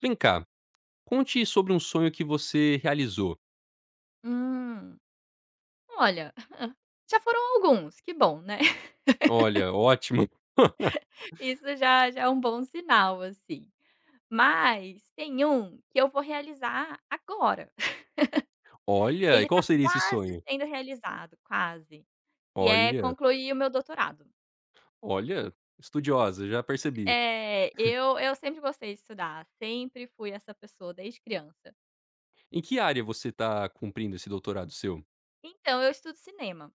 Vem cá, conte sobre um sonho que você realizou. Hum. Olha, já foram alguns, que bom, né. Olha, ótimo. Isso já já é um bom sinal, assim. Mas tem um que eu vou realizar agora. Olha, e Ele qual tá seria esse quase sonho? sendo realizado, quase, que é Olha, concluir o meu doutorado. olha, estudiosa, já percebi. Eu sempre gostei de estudar, sempre fui essa pessoa desde criança. Em que área você está cumprindo esse doutorado seu? Então eu estudo cinema.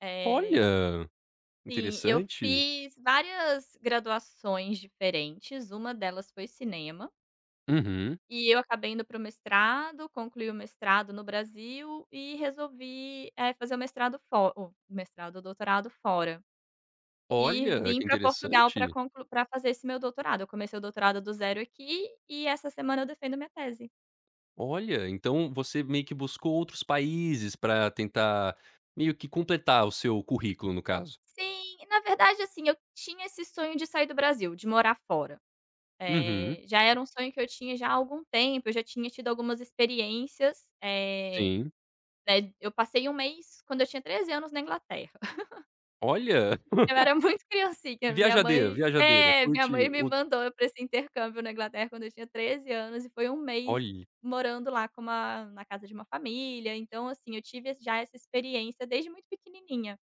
Eh, Olha, sim, eu interessante. fiz várias graduações diferentes, uma delas foi cinema. Uhum. E eu acabei indo para o mestrado, concluí o mestrado no Brasil e resolvi, fazer o mestrado fo o mestrado, o doutorado fora. E Olha, que vim para Portugal para interessante. conclu pra fazer esse meu doutorado. Eu comecei o doutorado do zero aqui e essa semana eu defendo minha tese. Olha, então você meio que buscou outros países para tentar meio que completar o seu currículo, no caso. Sim, na verdade, assim, eu tinha esse sonho de sair do Brasil, de morar fora. Uhum, Já era um sonho que eu tinha já há algum tempo, eu já tinha tido algumas experiências, sim. né, eu passei um mês quando eu tinha 13 anos na Inglaterra. Olha, Eu era muito criancinha, minha viajadeira, mãe viajadeira, é, minha curte mãe me o mandou pra esse intercâmbio na Inglaterra quando eu tinha 13 anos e foi um mês olhe. morando lá com uma na casa de uma família, então assim, eu tive esse já essa experiência desde muito pequenininha.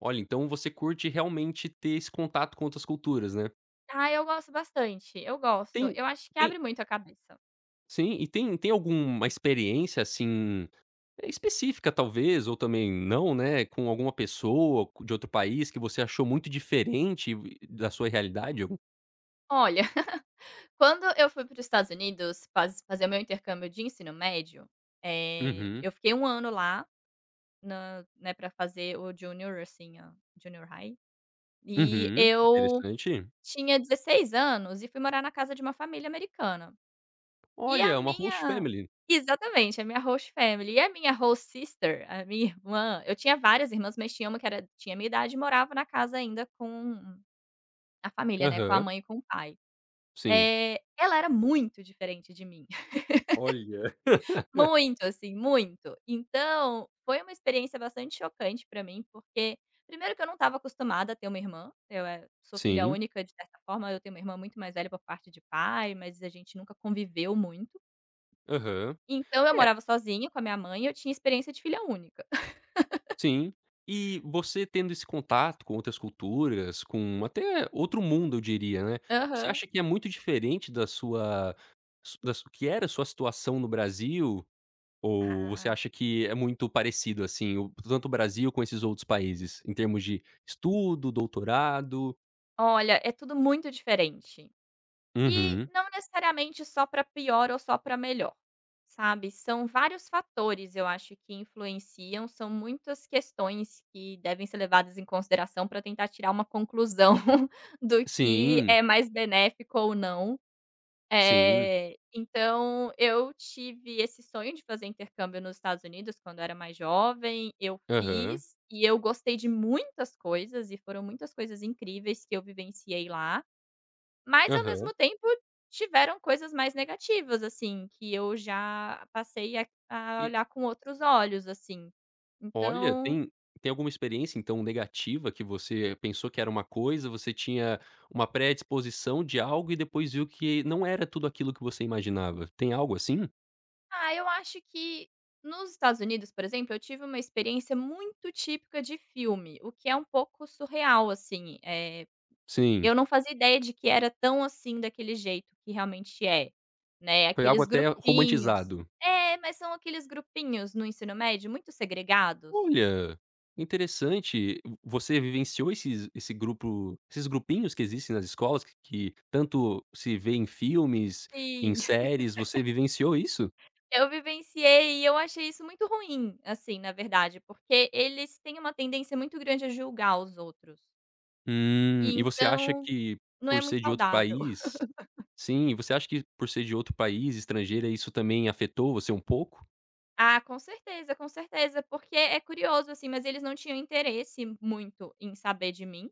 Olha, então você curte realmente ter esse contato com outras culturas, né. Ah, eu gosto bastante, eu gosto. Tem Eu acho que tem abre muito a cabeça. sim, e tem alguma experiência, assim, é, específica talvez ou também não, né, com alguma pessoa cu- de outro país que você achou muito diferente e- da sua realidade? Algum. Olha, quando eu fui para os Estados Unidos fazer o meu intercâmbio de ensino médio, Uhum, eu fiquei um ano lá na né, para fazer o junior, assim, a junior high, e uhum, eu interessante. tinha 16 anos e fui morar na casa de uma família americana. E a Olha, uma host minha family. Exatamente, a minha host family. E a minha host sister, a minha irmã, eu tinha várias irmãs, mas tinha uma que era tinha a minha idade e morava na casa ainda com a família, né, com a Aham, mãe e com o pai. sim. Ela era muito diferente de mim. Olha. Muito, assim, muito. Então, foi uma experiência bastante chocante pra mim, porque primeiro que eu não estava acostumada a ter uma irmã, sou filha Sim, única, de certa forma, eu tenho uma irmã muito mais velha por parte de pai, mas a gente nunca conviveu muito. aham. Então eu É. morava sozinha com a minha mãe e eu tinha experiência de filha única. Sim. E você tendo esse contato com outras culturas, com até outro mundo, eu diria, né, você Aham. acha que é muito diferente da sua su da su que era a sua situação no Brasil, ou você Ah, acha que é muito parecido, assim, o tanto o Brasil com esses outros países, em termos de estudo, doutorado? olha, é tudo muito diferente. E Uhum. não necessariamente só para pior ou só para melhor, sabe. São vários fatores, eu acho, que influenciam, são muitas questões que devem ser levadas em consideração para tentar tirar uma conclusão do que Sim, é mais benéfico ou não. sim. Então eu tive esse sonho de fazer intercâmbio nos Estados Unidos quando eu era mais jovem, eu Aham, fiz e eu gostei de muitas coisas e foram muitas coisas incríveis que eu vivenciei lá. Mas ao aham. mesmo tempo tiveram coisas mais negativas, assim, que eu já passei a olhar com outros olhos, assim. Olha, Então, tem alguma experiência, então, negativa que você pensou que era uma coisa, você tinha uma predisposição de algo e depois viu que não era tudo aquilo que você imaginava. Tem algo assim? ah, eu acho que nos Estados Unidos, por exemplo, eu tive uma experiência muito típica de filme, o que é um pouco surreal, assim, Sim, eu não fazia ideia de que era tão assim daquele jeito que realmente é, né, foi algo aqueles até grupinhos. romantizado. É, mas são aqueles grupinhos no ensino médio muito segregados. Olha, interessante. Você vivenciou esses esse grupo esses grupinhos que existem nas escolas que tanto se vê em filmes, em Sim. séries, você vivenciou isso? Eu vivenciei e eu achei isso muito ruim, assim, na verdade, porque eles têm uma tendência muito grande a julgar os outros. E E você acha então que não é por muito ser de outro saudável. país. Sim, e você acha que por ser de outro país, estrangeira, isso também afetou você um pouco? Ah, com certeza, porque é curioso, assim, mas eles não tinham interesse muito em saber de mim,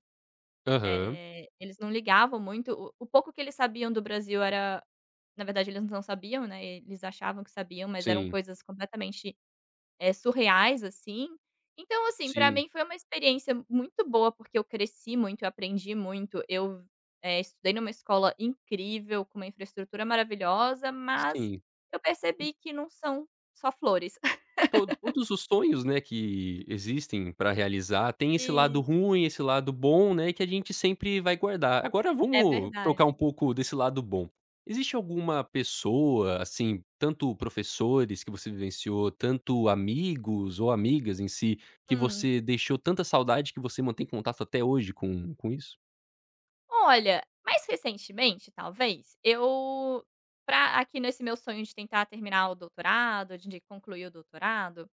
Aham. Eles não ligavam muito. O pouco que eles sabiam do Brasil era, na verdade, eles não sabiam, né, eles achavam que sabiam, mas eram Sim, coisas completamente, surreais, assim. Então, assim, para sim, mim foi uma experiência muito boa, porque eu cresci muito, eu aprendi muito, eu, estudei numa escola incrível, com uma infraestrutura maravilhosa, mas sim. eu percebi que não são só flores. To todos os sonhos, né, que existem para realizar, tem esse lado E ruim, esse lado bom, né, que a gente sempre vai guardar. Agora É vamos tocar verdade. um pouco desse lado bom. Existe alguma pessoa, assim, tanto professores que você vivenciou, tanto amigos ou amigas em si, que Hum. você deixou tanta saudade que você mantém contato até hoje com isso? Olha, mais recentemente, talvez, eu pra aqui nesse meu sonho de tentar terminar o doutorado, de concluir o doutorado,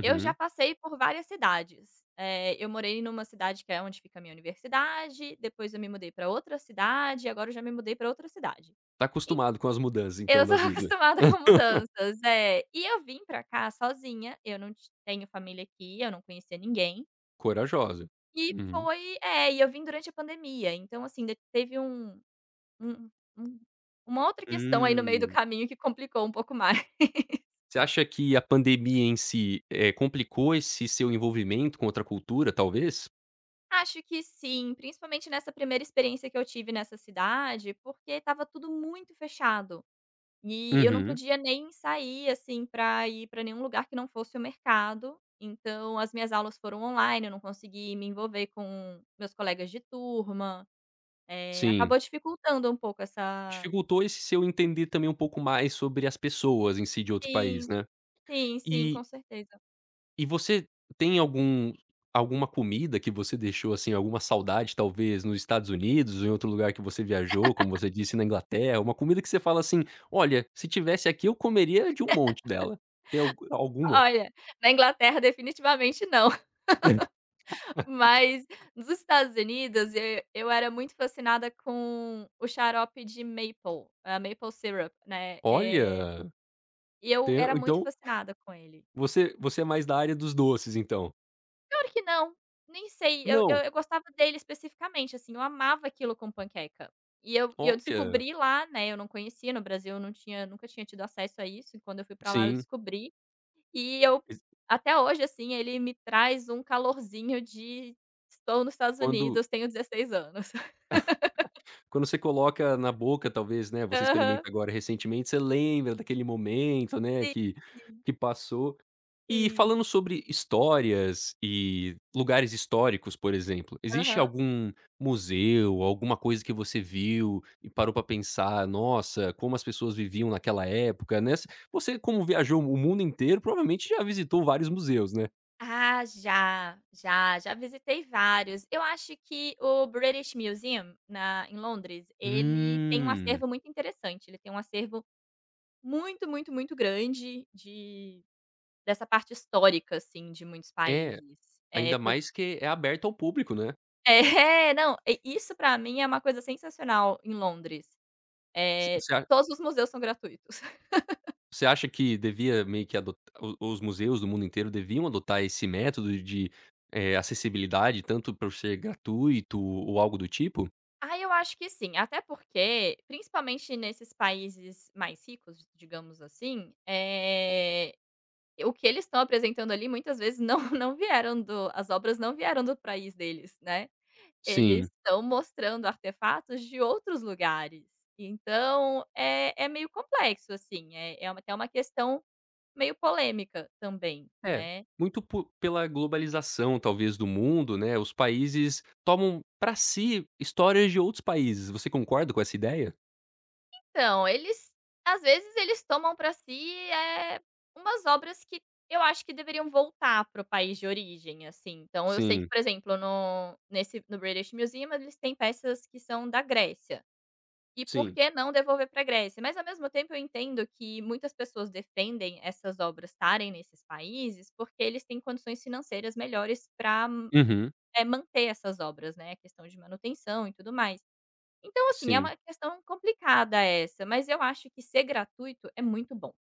eu já passei por várias cidades. Eu morei numa cidade que é onde fica a minha universidade, depois eu me mudei para outra cidade, agora eu já me mudei para outra cidade. Tá En acostumado com as mudanças então Eu da sou vida. acostumada com mudanças, é. E eu vim pra cá sozinha, eu não ti tenho família aqui, eu não conhecia ninguém, Corajosa. e Uhum. Eu vim durante a pandemia, então assim, de teve um um uma outra questão aí no meio do Hum. caminho que complicou um pouco mais. Você acha que a pandemia em si, complicou esse seu envolvimento com outra cultura, talvez? Acho que sim, principalmente nessa primeira experiência que eu tive nessa cidade, porque estava tudo muito fechado. E eu não Uhum. podia nem sair, assim, para ir para nenhum lugar que não fosse o mercado. Então, as minhas aulas foram online, eu não consegui me envolver com meus colegas de turma. Sim. Acabou dificultando um pouco essa. Dificultou esse seu entender também um pouco mais sobre as pessoas em si de outros países, Sim, né. sim, sim, E com certeza. E você tem algum alguma comida que você deixou, assim, alguma saudade, talvez, nos Estados Unidos ou em outro lugar que você viajou, como você disse, na Inglaterra, uma comida que você fala assim: "Olha, se tivesse aqui eu comeria de um monte dela". Tem algu alguma? Olha, na Inglaterra definitivamente não. Mas nos Estados Unidos, eu era muito fascinada com o xarope de maple, a maple syrup, né, Olha, e eu tem era muito então fascinada com ele. você você é mais da área dos doces, então? Pior que não, nem sei, eu eu Não, eu gostava dele especificamente, assim, eu amava aquilo com panqueca. E eu olha, descobri lá, né, eu não conhecia, no Brasil eu não tinha, nunca tinha tido acesso a isso, e quando eu fui pra lá eu sim, descobri, e eu ex até hoje, assim, ele me traz um calorzinho de: "Estou nos Estados quando Unidos, tenho 16 anos". quando você coloca na boca, talvez, né, você Aham. experimenta agora recentemente, você lembra daquele momento, né, Sim, que passou. E sim. falando sobre histórias e lugares históricos, por exemplo, existe Aham. algum museu, alguma coisa que você viu e parou pra pensar: "Nossa, como as pessoas viviam naquela época", né, se você como viajou o mundo inteiro, provavelmente já visitou vários museus, né? Ah, já, já, já visitei vários. Eu acho que o British Museum na em Londres, ele tem um Hum. acervo muito interessante, ele tem um acervo muito, muito, muito grande de dessa parte histórica, assim, de muitos É, países. Ainda Foi mais que é aberto ao público, né? é, não, e isso pra mim é uma coisa sensacional em Londres. Você Todos os museus são gratuitos. Você acha que devia meio que adot os museus do mundo inteiro deviam adotar esse método de, acessibilidade tanto para ser gratuito ou algo do tipo? Ah, eu acho que sim, até porque, principalmente nesses países mais ricos, digamos assim, o que eles estão apresentando ali muitas vezes não não vieram do as obras não vieram do país deles, né. Eles Sim. estão mostrando artefatos de outros lugares. Então é meio complexo, assim, é uma, até uma questão meio polêmica também, É, né. muito po pela globalização talvez do mundo, né, os países tomam para si histórias de outros países. Você concorda com essa ideia? Então, eles às vezes eles tomam para si, umas obras que eu acho que deveriam voltar para o país de origem, assim. Então eu sei que, Sim, por exemplo, no British Museum, eles têm peças que são da Grécia. E por sim. que não devolver pra Grécia? Mas ao mesmo tempo eu entendo que muitas pessoas defendem essas obras estarem nesses países, porque eles têm condições financeiras melhores para Uhum, manter essas obras, né, a questão de manutenção e tudo mais. Então, assim, é sim. uma questão complicada essa, mas eu acho que ser gratuito é muito bom.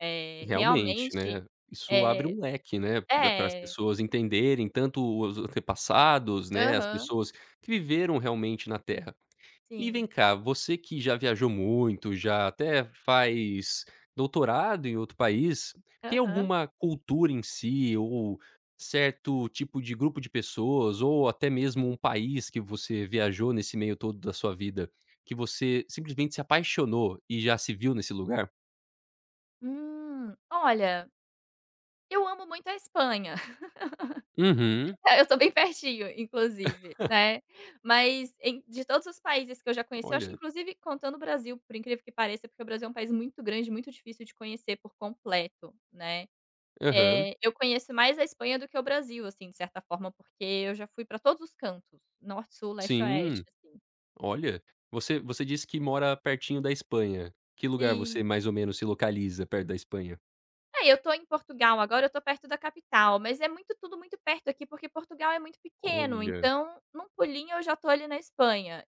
Realmente, Realmente, né, isso abre eh um leque, né, para as é. pessoas entenderem tanto os antepassados, né, as Aham, pessoas que viveram realmente na Terra. E vem sim. cá, você que já viajou muito, já até faz doutorado em outro país, tem Aham. alguma cultura em si ou certo tipo de grupo de pessoas ou até mesmo um país que você viajou nesse meio todo da sua vida, que você simplesmente se apaixonou e já se viu nesse lugar? Olha, eu amo muito a Espanha. Uhum. Eu tô bem pertinho, inclusive, né. Mas de todos os países que eu já conheci, eu acho que, Olha. inclusive contando o Brasil, por incrível que pareça, porque o Brasil é um país muito grande, muito difícil de conhecer por completo, né. Aham. Eu conheço mais a Espanha do que o Brasil, assim, de certa forma, porque eu já fui pra todos os cantos, norte, sul, leste, oeste, Sim, assim. olha, você disse que mora pertinho da Espanha. Que lugar você Sim. mais ou menos se localiza perto da Espanha? É, eu tô em Portugal agora, eu tô perto da capital, mas é muito tudo muito perto aqui, porque Portugal é muito pequeno, Olha, então num pulinho eu já tô ali na Espanha.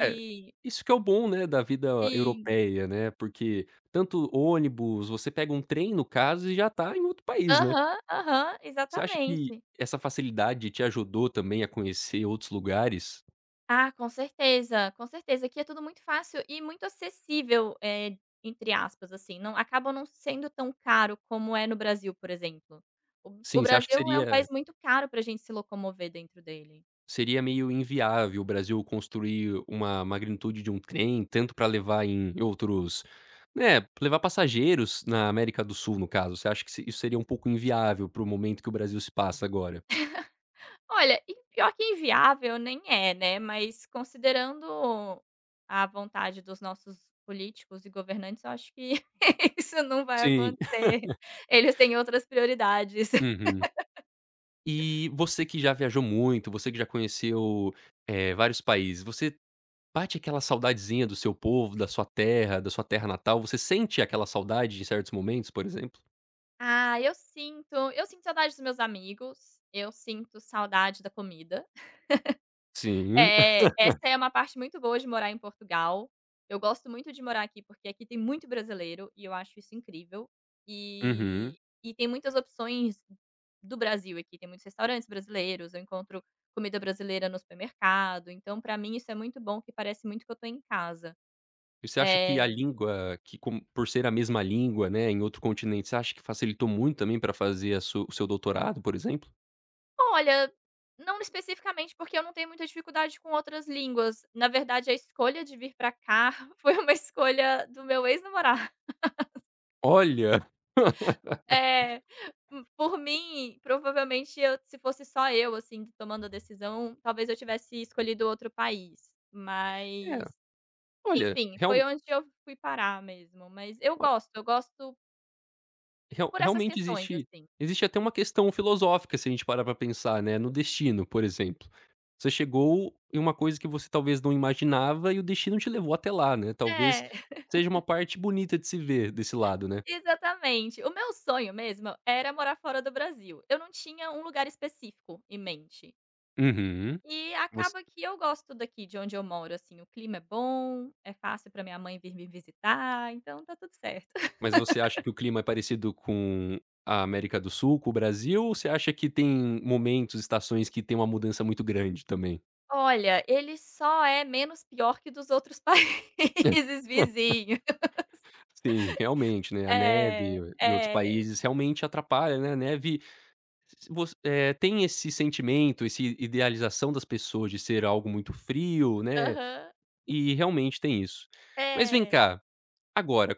é, isso que é o bom, né, da vida sim. europeia, né, porque tanto ônibus, você pega um trem no caso e já tá em outro país, né. Aham, aham, Você acha que exatamente. essa facilidade te ajudou também a conhecer outros lugares? Ah, com certeza, com certeza. Aqui é tudo muito fácil e muito acessível, entre aspas, assim, não acaba não sendo tão caro como é no Brasil, por exemplo. O Sim, você acha que Brasil é um seria. país muito caro para a gente se locomover dentro dele. Seria meio inviável o Brasil construir uma magnitude de um trem, tanto para levar em outros, né, levar passageiros na América do Sul, no caso. Você acha que se isso seria um pouco inviável para o momento que o Brasil se passa agora? Olha, e pior que inviável nem é, né, mas considerando a vontade dos nossos políticos e governantes, eu acho que isso não vai Sim. acontecer. Eles têm outras prioridades. Uhum. E você que já viajou muito, você que já conheceu, vários países, você bate aquela saudadezinha do seu povo, da sua terra natal? Você sente aquela saudade em certos momentos, por exemplo? Ah, eu sinto saudade dos meus amigos, eu sinto saudade da comida. Sim. Essa é uma parte muito boa de morar em Portugal. Eu gosto muito de morar aqui, porque aqui tem muito brasileiro e eu acho isso incrível. Uhum. E e tem muitas opções do Brasil aqui, tem muitos restaurantes brasileiros, eu encontro comida brasileira no supermercado, então pra mim isso é muito bom, que parece muito que eu tô em casa. E você acha que a Eh língua, que com por ser a mesma língua, né, em outro continente, você acha que facilitou muito também para fazer a su o seu doutorado, por exemplo? Olha, não especificamente, porque eu não tenho muita dificuldade com outras línguas. Na verdade, a escolha de vir pra cá foi uma escolha do meu ex-namorado. Olha! É, por mim, provavelmente, eu se fosse só eu, assim, tomando a decisão, talvez eu tivesse escolhido outro país. É, Mas, olha, enfim, foi real onde eu fui parar mesmo. Mas eu gosto real por essas realmente questões, existe assim. existe até uma questão filosófica se a gente parar para pensar, né, no destino, por exemplo. Você chegou em uma coisa que você talvez não imaginava e o destino te levou até lá, né, talvez É. seja uma parte bonita de se ver desse lado, né. Exatamente. O meu sonho mesmo era morar fora do Brasil. Eu não tinha um lugar específico em mente. Uhum. E acaba que eu gosto daqui de onde eu moro, assim, o clima é bom, é fácil para minha mãe vir me visitar, então tá tudo certo. Mas você acha que o clima é parecido com a América do Sul, com o Brasil, ou você acha que tem momentos, estações que tem uma mudança muito grande também? Olha, ele só é menos pior que dos outros países vizinhos. Sim, realmente, né, a É, neve em outros é. países realmente atrapalha, né, a neve se voc tem esse sentimento, esse idealização das pessoas de ser algo muito frio, né, Aham. e realmente tem isso. Mas vem É. cá, agora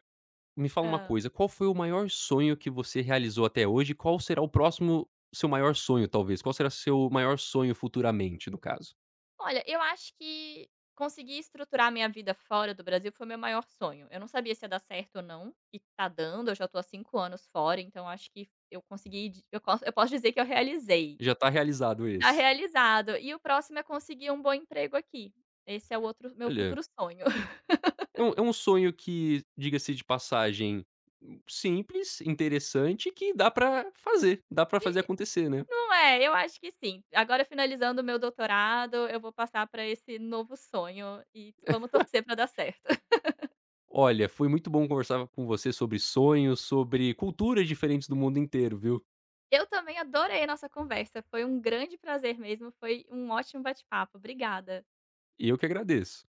me fala uma coisa, qual foi o maior sonho que você realizou até hoje? Qual será o próximo seu maior sonho, talvez? Qual será seu maior sonho futuramente, no caso? Olha, eu acho que conseguir estruturar minha vida fora do Brasil foi o meu maior sonho. Eu não sabia se ia dar certo ou não, e tá dando, eu já tô há 5 anos fora, então acho que eu consegui di eu posso dizer que eu realizei. Já tá realizado Tá esse. realizado. E o próximo é conseguir um bom emprego aqui. Esse é o outro meu Olha, futuro sonho. É um sonho que, diga-se de passagem, simples, interessante, que dá pra fazer acontecer, né. Não é? Eu acho que sim. Agora finalizando o meu doutorado, eu vou passar para esse novo sonho e vamos torcer para dar certo. Olha, foi muito bom conversar com você sobre sonhos, sobre culturas diferentes do mundo inteiro, viu. Eu também adorei a nossa conversa, foi um grande prazer mesmo, foi um ótimo bate-papo. Obrigada. E eu que agradeço.